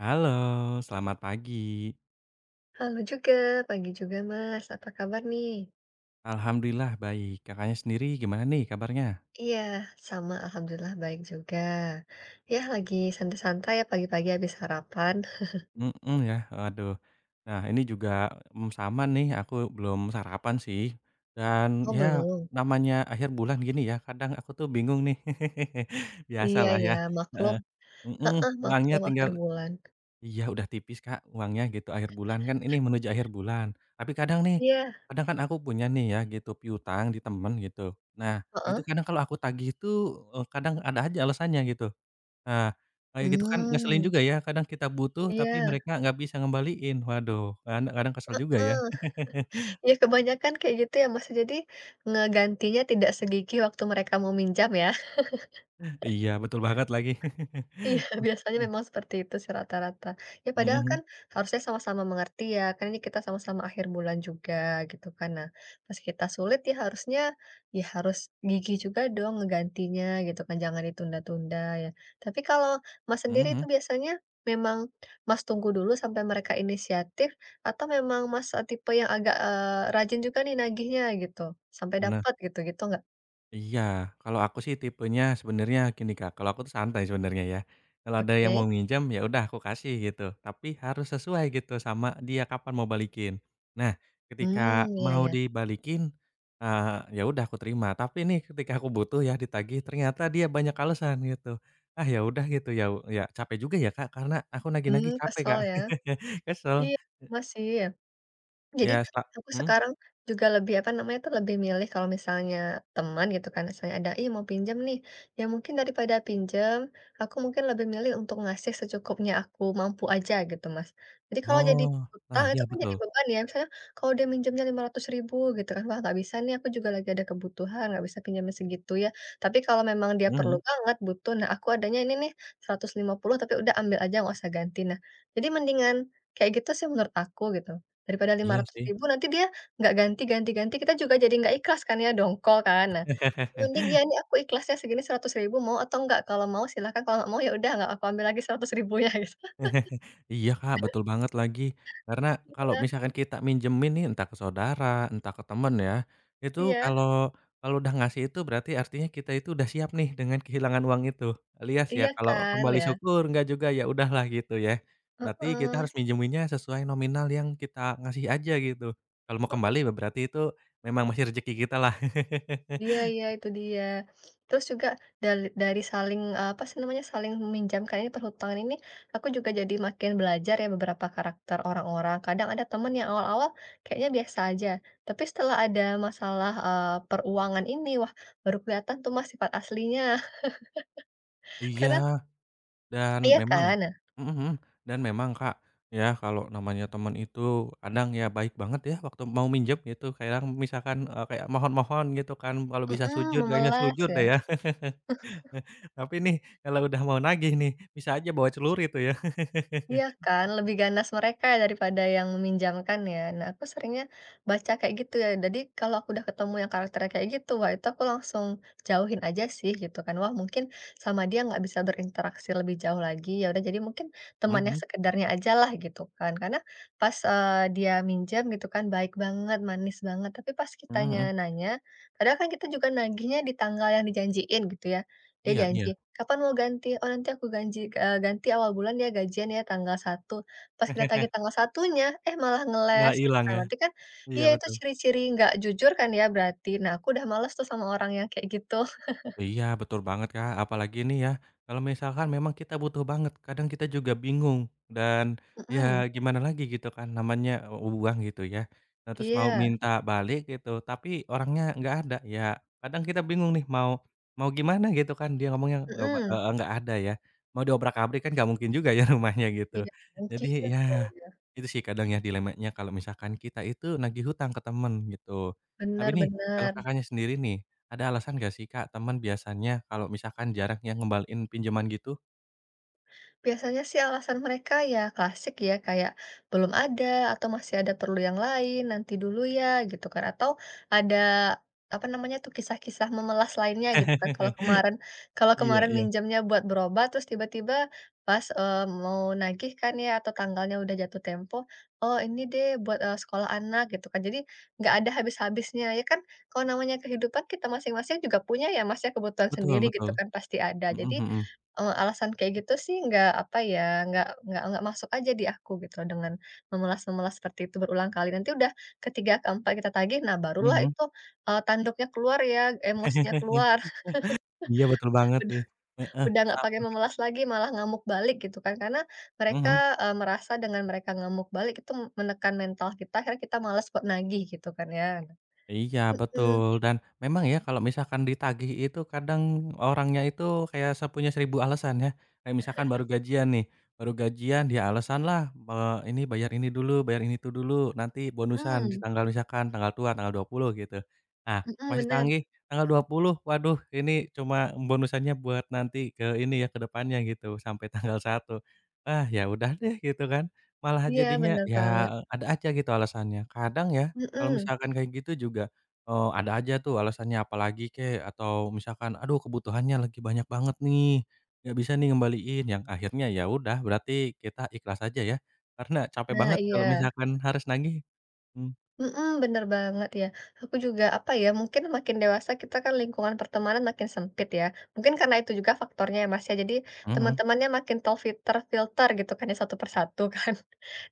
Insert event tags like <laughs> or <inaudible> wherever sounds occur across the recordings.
Halo, selamat pagi. Halo juga, pagi juga Mas, apa kabar nih? Alhamdulillah baik. Kakaknya sendiri gimana nih kabarnya? Iya, sama alhamdulillah baik juga. Ya lagi santai-santai ya pagi-pagi habis sarapan. <laughs> Mhm. Ya. Aduh. Nah, ini juga, sama nih, aku belum sarapan sih. Dan Oh ya belum? namanya akhir bulan gini ya, kadang aku tuh bingung nih. <laughs> Iya Biasalah ya. ya, maklum. Heeh. Mhm. Heeh, Uangnya maklum akhir tinggal. bulan. Iya, udah tipis Kak, uangnya gitu akhir bulan kan ini menuju akhir bulan. Tapi kadang nih, Iya, kadang kan aku punya nih ya gitu piutang di temen gitu. Nah, itu heeh. kadang kalau aku tagih itu, kadang ada aja alasannya gitu. Nah, kayak gitu kan ngeselin Mmm, juga ya, kadang kita butuh tapi iya, mereka nggak bisa ngembaliin. Waduh, kadang kadang kesel juga ya. heeh. <laughs> Ya kebanyakan kayak gitu ya Mas, jadi ngegantinya tidak segigih waktu mereka mau minjam ya. Iya, betul banget lagi. Iya, <laughs> <laughs> biasanya Mhm. memang seperti itu sih rata-rata. Ya Mhm. padahal kan Mhm. harusnya sama-sama mengerti ya, kan ini kita sama-sama akhir bulan juga gitu kan. Nah, pas kita sulit ya harusnya ya harus gigih juga dong ngegantinya gitu kan, jangan ditunda-tunda ya. Tapi kalau Mas Mhm. sendiri itu Mhm. biasanya memang Mas tunggu dulu sampai mereka inisiatif atau memang Mas tipe yang agak rajin juga nih nagihnya gitu, sampai dapat gitu gitu nggak? Iya, kalau aku sih tipenya sebenarnya gini Kak, kalau aku tuh santai sebenarnya ya. Kalau ada yang mau Oke. nginjam ya udah aku kasih gitu, tapi harus sesuai gitu sama dia kapan mau balikin. Nah, ketika Hmm, iya mau ya. dibalikin, eee, ya udah aku terima, tapi nih ketika aku butuh ya ditagih, ternyata dia banyak alasan gitu. Ah, ya udah gitu, ya capek juga ya Kak, karena aku nagih-nagih Hmm, capek kesel Kak, ya. <laughs> kesel. Iya, masih ya. Jadi, Ya sta aku Mhm. sekarang juga lebih, apa namanya tuh, lebih milih kalau misalnya teman gitu kan, misalnya ada, "Ih, mau pinjam nih." Ya mungkin daripada pinjam, aku mungkin lebih milih untuk ngasih secukupnya aku mampu aja gitu, Mas. Jadi kalau jadi Oh. Nah, utang itu iya kan jadi betul. beban ya, misalnya kalau dia minjemnya 500 ribu gitu kan, "Wah nggak bisa nih, aku juga lagi ada kebutuhan, nggak bisa pinjemin segitu ya." Tapi kalau memang dia perlu Mhm. banget, butuh, "Nah aku adanya ini nih 150, tapi udah ambil aja nggak usah ganti." Nah, jadi mendingan kayak gitu sih menurut aku gitu. Daripada lima Iya ratus sih. ribu, nanti dia nggak ganti ganti ganti, kita juga jadi nggak ikhlas kan ya, dongkol kan. Nah, <laughs> mending ya ini aku ikhlasnya segini 100 ribu mau atau enggak? Kalau mau silakan, kalau nggak mau ya udah nggak aku ambil lagi 100 ribunya. <laughs> gitu. <laughs> Iya, Kak, betul banget lagi. Karena kalau Iya misalkan kita minjemin nih entah ke saudara, entah ke temen ya, itu iya. kalau kalau udah ngasih itu berarti artinya kita itu udah siap nih dengan kehilangan uang itu. Alias ya Iya kalau kan kembali ya? syukur enggak juga, ya udahlah gitu ya. Berarti kita Heeh. harus minjeminnya sesuai nominal yang kita ngasih aja gitu. Kalau mau kembali berarti itu memang masih rezeki kita lah. <laughs> Iya iya, itu dia. Terus juga dari saling, apa sih namanya, saling meminjamkan ini perhutangan ini, aku juga jadi makin belajar ya beberapa karakter orang-orang. Kadang ada temen yang awal-awal kayaknya biasa aja, tapi setelah ada masalah, peruangan ini, wah baru kelihatan tuh Mas sifat aslinya. <laughs> Iya. Karena Dan iya memang. kan? Mhm. Mhm. Dan memang Kak, ya kalau namanya teman itu kadang ya baik banget ya waktu mau minjem gitu, kadang misalkan, kayak mohon-mohon gitu kan, kalau Nah bisa mhm, sujud kayaknya memelas sujud ya. deh ya. <laughs> Tapi nih kalau udah mau nagih nih, bisa aja bawa celurit tuh ya. Iya <laughs> kan, lebih ganas mereka daripada yang meminjamkan ya. Nah, aku seringnya baca kayak gitu ya. Jadi kalau aku udah ketemu yang karakternya kayak gitu, wah itu aku langsung jauhin aja sih gitu kan. Wah mungkin sama dia nggak bisa berinteraksi lebih jauh lagi. Ya udah jadi mungkin temannya Mhm. sekedarnya aja lah gitu kan. Karena pas dia minjam gitu kan baik banget, manis banget. Tapi pas Mhm. Mhm. kitanya Mhm. nanya, kadang kan kita juga nagihnya di tanggal yang dijanjiin gitu ya. Dia Iya. Iya. janji, "Kapan mau ganti?" "Oh, nanti aku ganti awal bulan ya gajian ya tanggal 1." Pas kita tagih <laughs> tanggal satunya eh malah ngeles Malah gitu hilang kan, ya. berarti kan Iya iya itu betul. ciri-ciri nggak jujur kan ya berarti. Nah, aku udah males tuh sama orang yang kayak gitu. <laughs> Iya, betul banget, Kak. Apalagi ini ya, kalau misalkan memang kita butuh banget, kadang kita juga bingung dan ya Mhm, gimana lagi gitu kan namanya, uang gitu ya. Nah, terus mau iya, minta balik gitu, tapi orangnya nggak ada, ya kadang kita bingung nih mau mau gimana gitu kan, dia ngomongnya nggak mhm, heeh, nggak ada ya. Mau diobrak-abrik kan nggak mungkin juga ya <laughs> rumahnya gitu. iya Jadi mungkin, ya iya iya, itu sih kadang ya dilemanya kalau misalkan kita itu nagih hutang ke temen gitu. Tapi bener nih kalau bener. Kakaknya sendiri nih ada alasan nggak sih, Kak, teman biasanya kalau misalkan jarang ya ngembaliin pinjaman gitu? Biasanya sih alasan mereka ya klasik ya, kayak belum ada atau masih ada perlu yang lain, nanti dulu ya gitu kan. Atau ada apa namanya tuh kisah-kisah memelas lainnya gitu kan. Kalau <laughs> kemarin kalau Iya. kemarin Iya. minjamnya buat berobat terus tiba-tiba pas, mau nagih kan ya atau tanggalnya udah jatuh tempo, "Oh ini deh buat, sekolah anak," gitu kan. Jadi nggak ada habis-habisnya ya kan, kalau namanya kehidupan kita masing-masing juga punya ya Mas ya kebutuhan Betul. sendiri gitu Betul. kan, pasti ada. Mhm. Jadi Mhm. Alasan kayak gitu sih nggak, apa ya, nggak masuk aja di aku gitu loh dengan memelas-memelas seperti itu berulang kali. Nanti udah ketiga keempat kita tagih, nah barulah Mhm. itu, tanduknya keluar ya, emosinya keluar. <laughs> Iya betul <laughs> banget Udah sih. Heeh. udah nggak pakai Sama, Kak. memelas lagi, malah ngamuk balik gitu kan. Karena Mhm. mereka, merasa dengan mereka ngamuk balik itu menekan mental kita, akhirnya kita malas buat nagih gitu kan ya. Iya Mhm betul dan memang ya kalau misalkan ditagih itu kadang orangnya itu kayak punya 1000 alasan ya. Kayak misalkan baru gajian nih, baru gajian dia alasanlah, ini bayar ini dulu, bayar ini itu dulu, nanti bonusan di mhm tanggal misalkan tanggal tua, tanggal 20 gitu. Nah, mhm, masih bener. tagih tanggal 20 waduh ini cuma bonusannya buat nanti ke ini ya, ke depannya gitu sampai tanggal 1. Ah, ya udah deh gitu kan, malah Iya, jadinya benar ya banget. ada aja gitu alasannya. Kadang ya kalau Mhm. misalkan kayak gitu juga, ada aja tuh alasannya apalagi kek, atau misalkan, "Aduh kebutuhannya lagi banyak banget nih, nggak bisa nih ngembaliin," yang akhirnya ya udah berarti kita ikhlas aja ya, karena capek Nah, banget kalau iya. misalkan harus nagih. Mmm. Mhm, bener banget ya. Aku juga, apa ya, mungkin makin dewasa kita kan lingkungan pertemanan makin sempit ya. Mungkin karena itu juga faktornya ya Mas ya, jadi Mhm. teman-temannya makin terfilter-filter gitu kan ya, satu persatu kan, <laughs>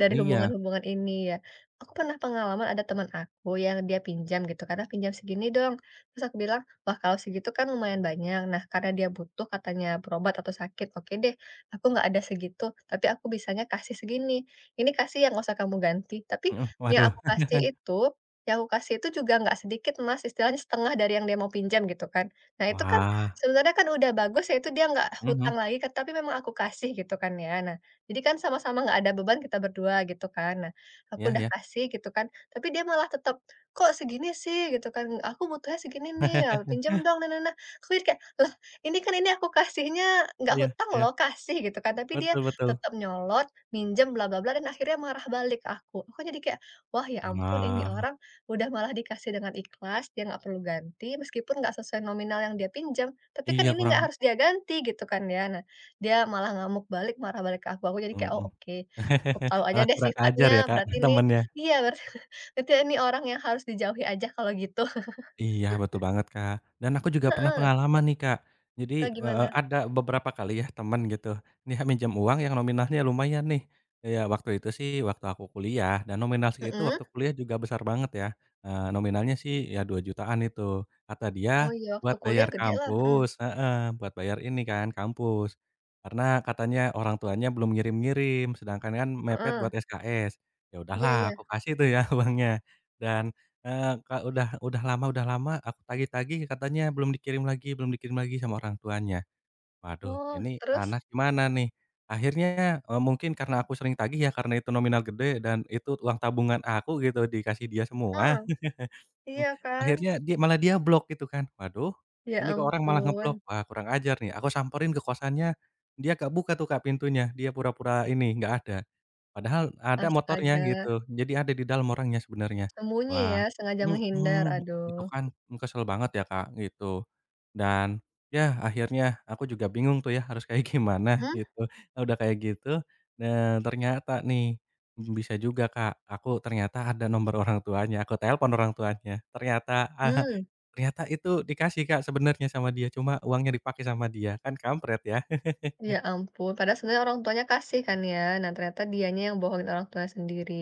dari Iya. hubungan-hubungan ini ya. Aku pernah pengalaman ada teman aku yang dia pinjam gitu, "Karena pinjam segini dong." Terus aku bilang, "Wah kalau segitu kan lumayan banyak." Nah karena dia butuh katanya berobat atau sakit, "Oke deh, aku nggak ada segitu, tapi aku bisanya kasih segini. Ini kasih yang nggak usah kamu ganti." Tapi Mhm. yang Waduh. aku kasih itu yang aku kasih itu juga nggak sedikit, Mas, istilahnya setengah dari yang dia mau pinjam gitu kan. Nah itu kan Wah. sebenarnya kan udah bagus ya itu dia nggak Mhm. hutang lagi kan, tapi memang aku kasih gitu kan ya. Nah, jadi kan sama-sama nggak ada beban kita berdua gitu kan. Nah, aku Iya. udah Iya. kasih gitu kan, tapi dia malah tetap, "Kok segini sih?" gitu kan, "Aku butuhnya segini nih, pinjam <laughs> dong, nah nah nah." Aku jadi kayak, "Lah ini kan ini aku kasihnya nggak Iya. hutang Iya. loh, kasih," gitu kan, tapi dia Betul. Betul. tetap nyolot, minjem bla bla bla, dan akhirnya marah balik ke aku. Aku jadi kayak, "Wah, ya ampun ini Wah, orang udah malah dikasih dengan ikhlas, dia nggak perlu ganti meskipun nggak sesuai nominal yang dia pinjam, tapi kan iya ini nggak kurang harus dia ganti gitu kan ya." Nah, dia malah ngamuk balik, marah balik ke aku jadi kayak, mhm, "Oh oke, cukup tahu <laughs> aja malah deh kurang ajar sifatnya, ya Kak, berarti ini," temennya. iya berarti <laughs> berarti ini orang yang harus dijauhi aja kalau gitu. <laughs> Iya, betul banget, Kak. Dan aku juga pernah Heeh, pengalaman nih, Kak. Jadi, gimana? ada beberapa kali ya teman gitu, dia minjem uang yang nominalnya lumayan nih. Ya waktu itu sih, waktu aku kuliah dan nominal segitu Mhm, waktu kuliah juga besar banget ya, nominalnya sih ya 2 jutaan itu. Kata dia oh iya waktu buat kuliah bayar gede lah, mhm, kampus. Heeh. Buat bayar ini kan, kampus. Karena katanya orang tuanya belum ngirim-ngirim, sedangkan kan mepet heeh, buat SKS. Ya iya iya. udahlah aku kasih tuh ya <laughs> uangnya, dan Kak, udah lama aku tagih-tagih katanya belum dikirim lagi sama orang tuanya. Waduh Oh, ini terus? anak gimana nih? Akhirnya, mungkin karena aku sering tagih ya karena itu nominal gede dan itu uang tabungan aku gitu dikasih dia semua. Heeh, <laughs> Mmm, iya kan? akhirnya dia malah blok gitu kan. Waduh, Ya ini kok orang malah ampun, ngeblok, wah kurang ajar nih. Aku samperin ke kosannya, dia nggak buka tuh, Kak, pintunya. Dia pura-pura ini, nggak ada. Padahal ada motornya astaga. gitu, jadi ada di dalam orangnya sebenarnya. Sembunyi ya, Wah. sengaja menghindar, Mhm. Itu aduh. kan kesel banget ya, Kak, gitu. Dan ya akhirnya aku juga bingung tuh ya harus kayak gimana Mhm? <laughs> gitu. Nah, udah kayak gitu, ternyata nih bisa juga, Kak, aku ternyata ada nomor orang tuanya, aku telepon orang tuanya. Ah, Hmm, ternyata itu dikasih, Kak, sebenarnya sama dia, cuma uangnya dipakai sama dia, kan kampret ya. <laughs> ya ampun, padahal sebenarnya orang tuanya kasih kan ya. Nah, ternyata dianya yang bohongin orang tua sendiri.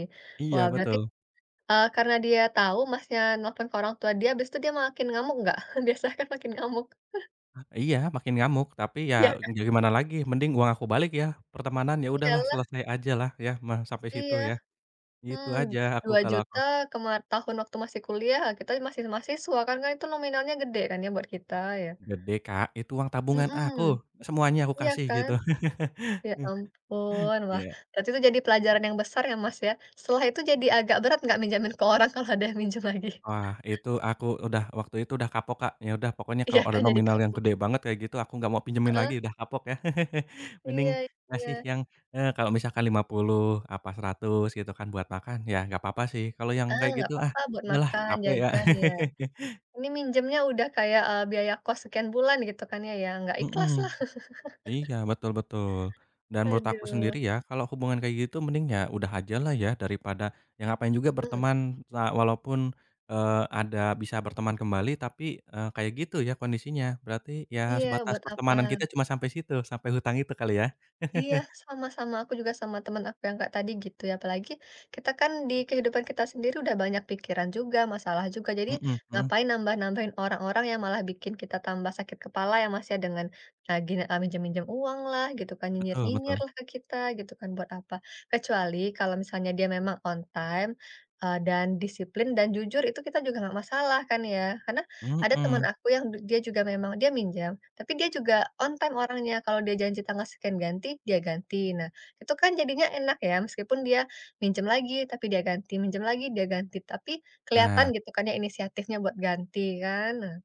Iya, Wah, berarti, betul. Karena dia tahu Masnya nelfon ke orang tua dia, habis itu dia makin ngamuk nggak? <laughs> Biasanya kan makin ngamuk. Iya, makin ngamuk, tapi ya Ya ya gimana lagi, mending uang aku balik ya, pertemanan ya udahlah iyalah, selesai aja lah. Ya mah sampai situ iya, ya. Gitu hmm aja aku dua kalau aku. juta kemar tahun waktu masih kuliah, kita masih mahasiswa kan, kan itu nominalnya gede kan ya buat kita ya. Gede Kak, itu uang tabungan aku, Mhm, semuanya aku iya kasih kan? gitu. Ya <laughs> ampun. Wah, Iya. berarti itu jadi pelajaran yang besar ya, Mas, ya. Setelah itu jadi agak berat nggak minjemin ke orang kalau ada yang minjem lagi? <laughs> Wah, itu aku udah waktu itu udah kapok, Kak. Ya udah pokoknya kalau Iya ada kan, jadi nominal yang kapok. gede banget kayak gitu aku nggak mau pinjemin Heeh, lagi, udah kapok ya. <laughs> Mending iya iya. ngasih yang, kalau misalkan 50 apa 100 gitu kan buat makan, ya nggak apa-apa sih. Kalau yang Ah, kayak nggak gitu, ah apa-apa buat udahlah makan, capek ya. jajan, ya. <laughs> Ini minjemnya udah kayak, biaya kos sekian bulan gitu kan ya, ya nggak Mhm. ikhlas lah. Iya, betul betul. Dan menurut aku sendiri Aduh, ya, kalau hubungan kayak gitu mending ya udah aja lah ya daripada yang ngapain juga mhm. berteman walaupun, eee, ada bisa berteman kembali tapi, kayak gitu ya kondisinya. Berarti ya Iya, sebatas buat apa? pertemanan kita cuma sampai situ, sampai hutang itu kali ya? Iya, <laughs> sama-sama. Aku juga sama teman aku yang Kak tadi gitu ya. Apalagi kita kan di kehidupan kita sendiri udah banyak pikiran juga, masalah juga. Jadi Mhm. Mhm. ngapain nambah-nambahin orang-orang yang malah bikin kita tambah sakit kepala. Yang masih dengan gini ah, minjem-minjem uang lah gitu kan Betul. nyinyir-nyinyir Betul. lah ke kita gitu kan buat apa. Kecuali kalau misalnya dia memang on time dan disiplin dan jujur itu kita juga nggak masalah kan ya. Karena ada teman Mhm. aku yang dia juga memang dia minjam tapi dia juga on time orangnya, kalau dia janji tanggal sekian ganti, dia ganti. Nah, itu kan jadinya enak ya, meskipun dia minjem lagi, tapi dia ganti, minjem lagi, dia ganti, tapi kelihatan Nah. gitu kan ya inisiatifnya buat ganti kan. Nah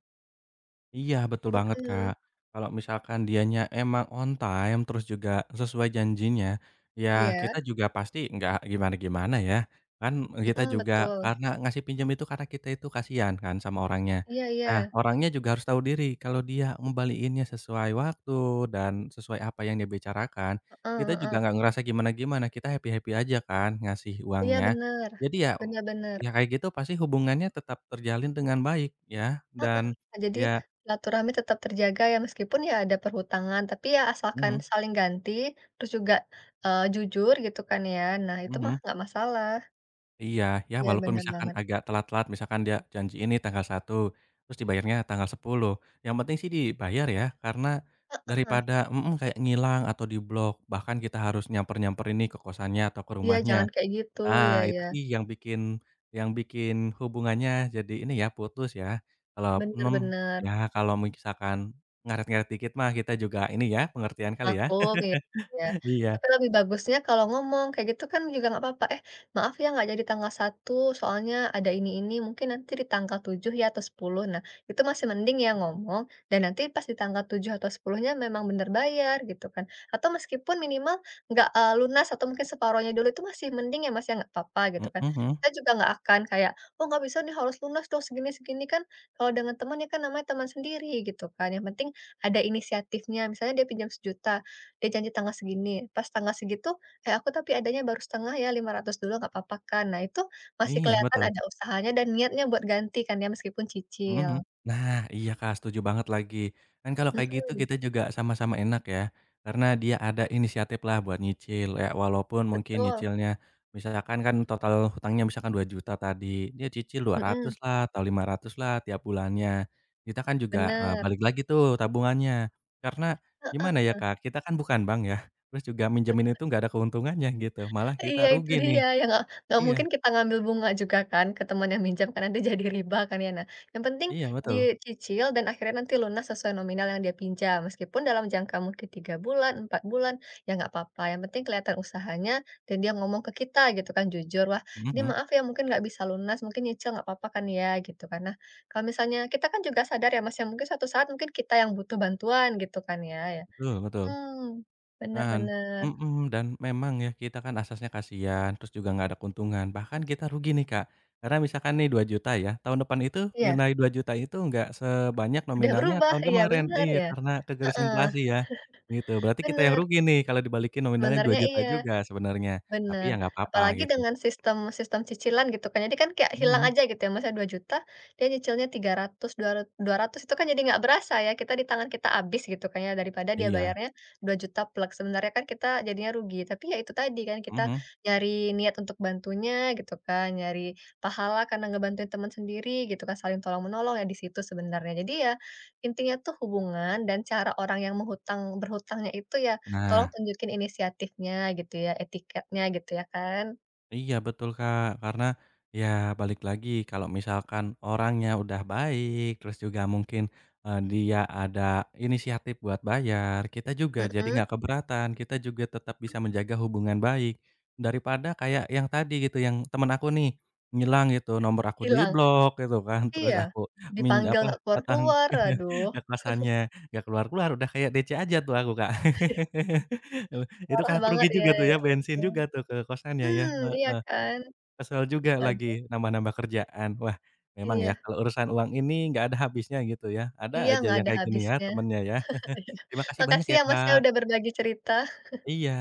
Iya, betul banget, mhm, Kak. Kalau misalkan dianya emang on time, terus juga sesuai janjinya, ya iya, kita juga pasti nggak gimana-gimana ya. Kan kita mhm, juga betul. karena ngasih pinjam itu karena kita itu kasihan kan sama orangnya. Iya iya, Nah, orangnya juga harus tahu diri kalau dia ngembaliinnya sesuai waktu dan sesuai apa yang dia bicarakan, heeh kita juga heeh. nggak ngerasa gimana-gimana, kita happy-happy aja kan ngasih Iya uangnya. bener, Jadi ya, bener bener, ya kayak gitu pasti hubungannya tetap terjalin dengan baik ya, heeh. dan Nah, jadi ya. silaturahmi tetap terjaga ya meskipun ya ada perhutangan, tapi ya asalkan Mhm. saling ganti, terus juga, jujur gitu kan ya, nah itu mah Mhm. nggak masalah. Iya, ya Iya walaupun bener misalkan banget. agak telat-telat, misalkan dia janji ini tanggal 1 terus dibayarnya tanggal 10 yang penting sih dibayar ya, karena Heeh, daripada kayak ngilang atau diblok, bahkan kita harus nyamper-nyamperin nih ke kosannya atau ke iya rumahnya. jangan kayak gitu, Nah, iya itu iya, sih yang bikin hubungannya jadi ini ya, putus ya. Kalau bener mmm, ya bener. kalau misalkan ngaret-ngaret dikit mah kita juga ini ya, pengertian kali ya. Maklum, ya iya. Iya. Tapi lebih bagusnya kalau ngomong kayak gitu kan juga nggak apa-apa, "Eh, maaf ya nggak jadi tanggal 1 soalnya ada ini, mungkin nanti di tanggal 7 ya atau 10." Nah, itu masih mending ya ngomong dan nanti pas di tanggal 7 atau 10-nya memang bener bayar gitu kan. Atau meskipun minimal nggak, lunas atau mungkin separuhnya dulu itu masih mending ya, Mas, ya, nggak apa-apa gitu Mhm. kan. Mhm. Kita juga nggak akan kayak, "Oh, nggak bisa nih harus lunas dong segini segini." Kan kalau dengan teman ya kan namanya teman sendiri gitu kan, yang penting ada inisiatifnya, misalnya dia pinjam 1 juta, dia janji tanggal segini, pas tanggal segitu, "Eh, aku tapi adanya baru setengah ya, 500 dulu nggak papa kan?" Nah, itu masih Iya kelihatan betul. ada usahanya dan niatnya buat ganti kan ya, meskipun Mhm. cicil. Mhm. Nah, iya Kak, setuju banget lagi. Kan kalau kayak gitu Mhm, kita juga sama-sama enak ya, karena dia ada inisiatif lah buat nyicil, ya walaupun mungkin betul, nyicilnya misalkan kan total hutangnya misalkan 2 juta tadi, dia cicil dua mhm, ratus lah atau 500 lah tiap bulannya. Kita kan juga, bener, balik lagi tuh tabungannya. Karena gimana heeh. ya Kak, kita kan bukan bank ya, terus juga minjemin itu nggak ada keuntungannya gitu, malah kita Iya itu rugi nih. dia, ya nggak Iya. mungkin kita ngambil bunga juga kan ke teman yang minjam kan nanti <laughs> jadi riba kan ya. Nah, yang penting Iya betul. dicicil dan akhirnya nanti lunas sesuai nominal yang dia pinjam. Meskipun dalam jangka mungkin 3 bulan, 4 bulan, ya nggak apa-apa. Yang penting kelihatan usahanya dan dia ngomong ke kita gitu kan jujur, "Wah, Mhm. ini Mhm. maaf ya mungkin nggak bisa lunas, mungkin nyicil nggak apa-apa kan ya?" Gitu kan. Nah, kalau misalnya kita kan juga sadar ya Mas ya mungkin suatu saat mungkin kita yang butuh bantuan gitu kan ya ya. Betul. Betul. Mmm, bener Dan bener. mhm, dan memang ya kita kan asasnya kasihan, terus juga nggak ada keuntungan, bahkan kita rugi nih, Kak. Karena misalkan nih 2 juta ya, tahun depan itu Iya, nilai 2 juta itu nggak sebanyak udah nominalnya berubah, tahun iya kemarin. bener Iya, ya. karena kegerus Heeh, inflasi ya, gitu. Berarti kita yang bener, rugi nih kalau dibalikin nominalnya dua sebenarnya juta iya, juga sebenarnya, tapi ya bener. nggak apa-apa Apalagi gitu. dengan sistem sistem cicilan gitu kan, jadi kan kayak hilang Mhm. aja gitu ya, misalnya 2 juta 2.000.000 dia nyicilnya 300, 200, 200 itu kan jadi nggak berasa ya, kita di tangan kita habis gitu kan ya, daripada dia Iya. bayarnya 2 juta plek, sebenarnya kan kita jadinya rugi. Tapi ya itu tadi kan, kita Mhm. nyari niat untuk bantunya gitu kan, nyari pahala karena ngebantuin teman sendiri gitu kan, saling tolong-menolong ya di situ sebenarnya. Jadi ya, intinya tuh hubungan dan cara orang yang menghutang berhutangnya itu ya tolong Nah. tunjukin inisiatifnya gitu ya, etiketnya gitu ya kan. Iya betul Kak, karena ya balik lagi kalau misalkan orangnya udah baik, terus juga mungkin, dia ada inisiatif buat bayar, kita juga jadi Mhm, nggak keberatan, kita juga tetap bisa menjaga hubungan baik. Daripada kayak yang tadi gitu, yang temen aku nih, ngilang gitu, nomor aku hilang. diblok gitu kan, terus Iya, aku min dipanggil apa, nggak datang keluar-keluar, <laughs> aduh ke kosannya, nggak keluar-keluar, udah kayak DC aja tuh aku Kak. <laughs> Itu parah kan aku banget rugi ya, juga tuh ya ya, bensin ampun. juga tuh ke kosannya ya, Mmm, iya heeh. kan. Kesel juga Waduh, lagi, nambah-nambah kerjaan. Wah, memang ya iya kalau urusan uang ini nggak ada habisnya gitu ya, ada iya aja nggak yang ada kayak gini ya habisnya. temennya ya. <laughs> <laughs> Terima kasih banyak Makasih ya, ya Mas ya Kak. udah berbagi cerita. Iya.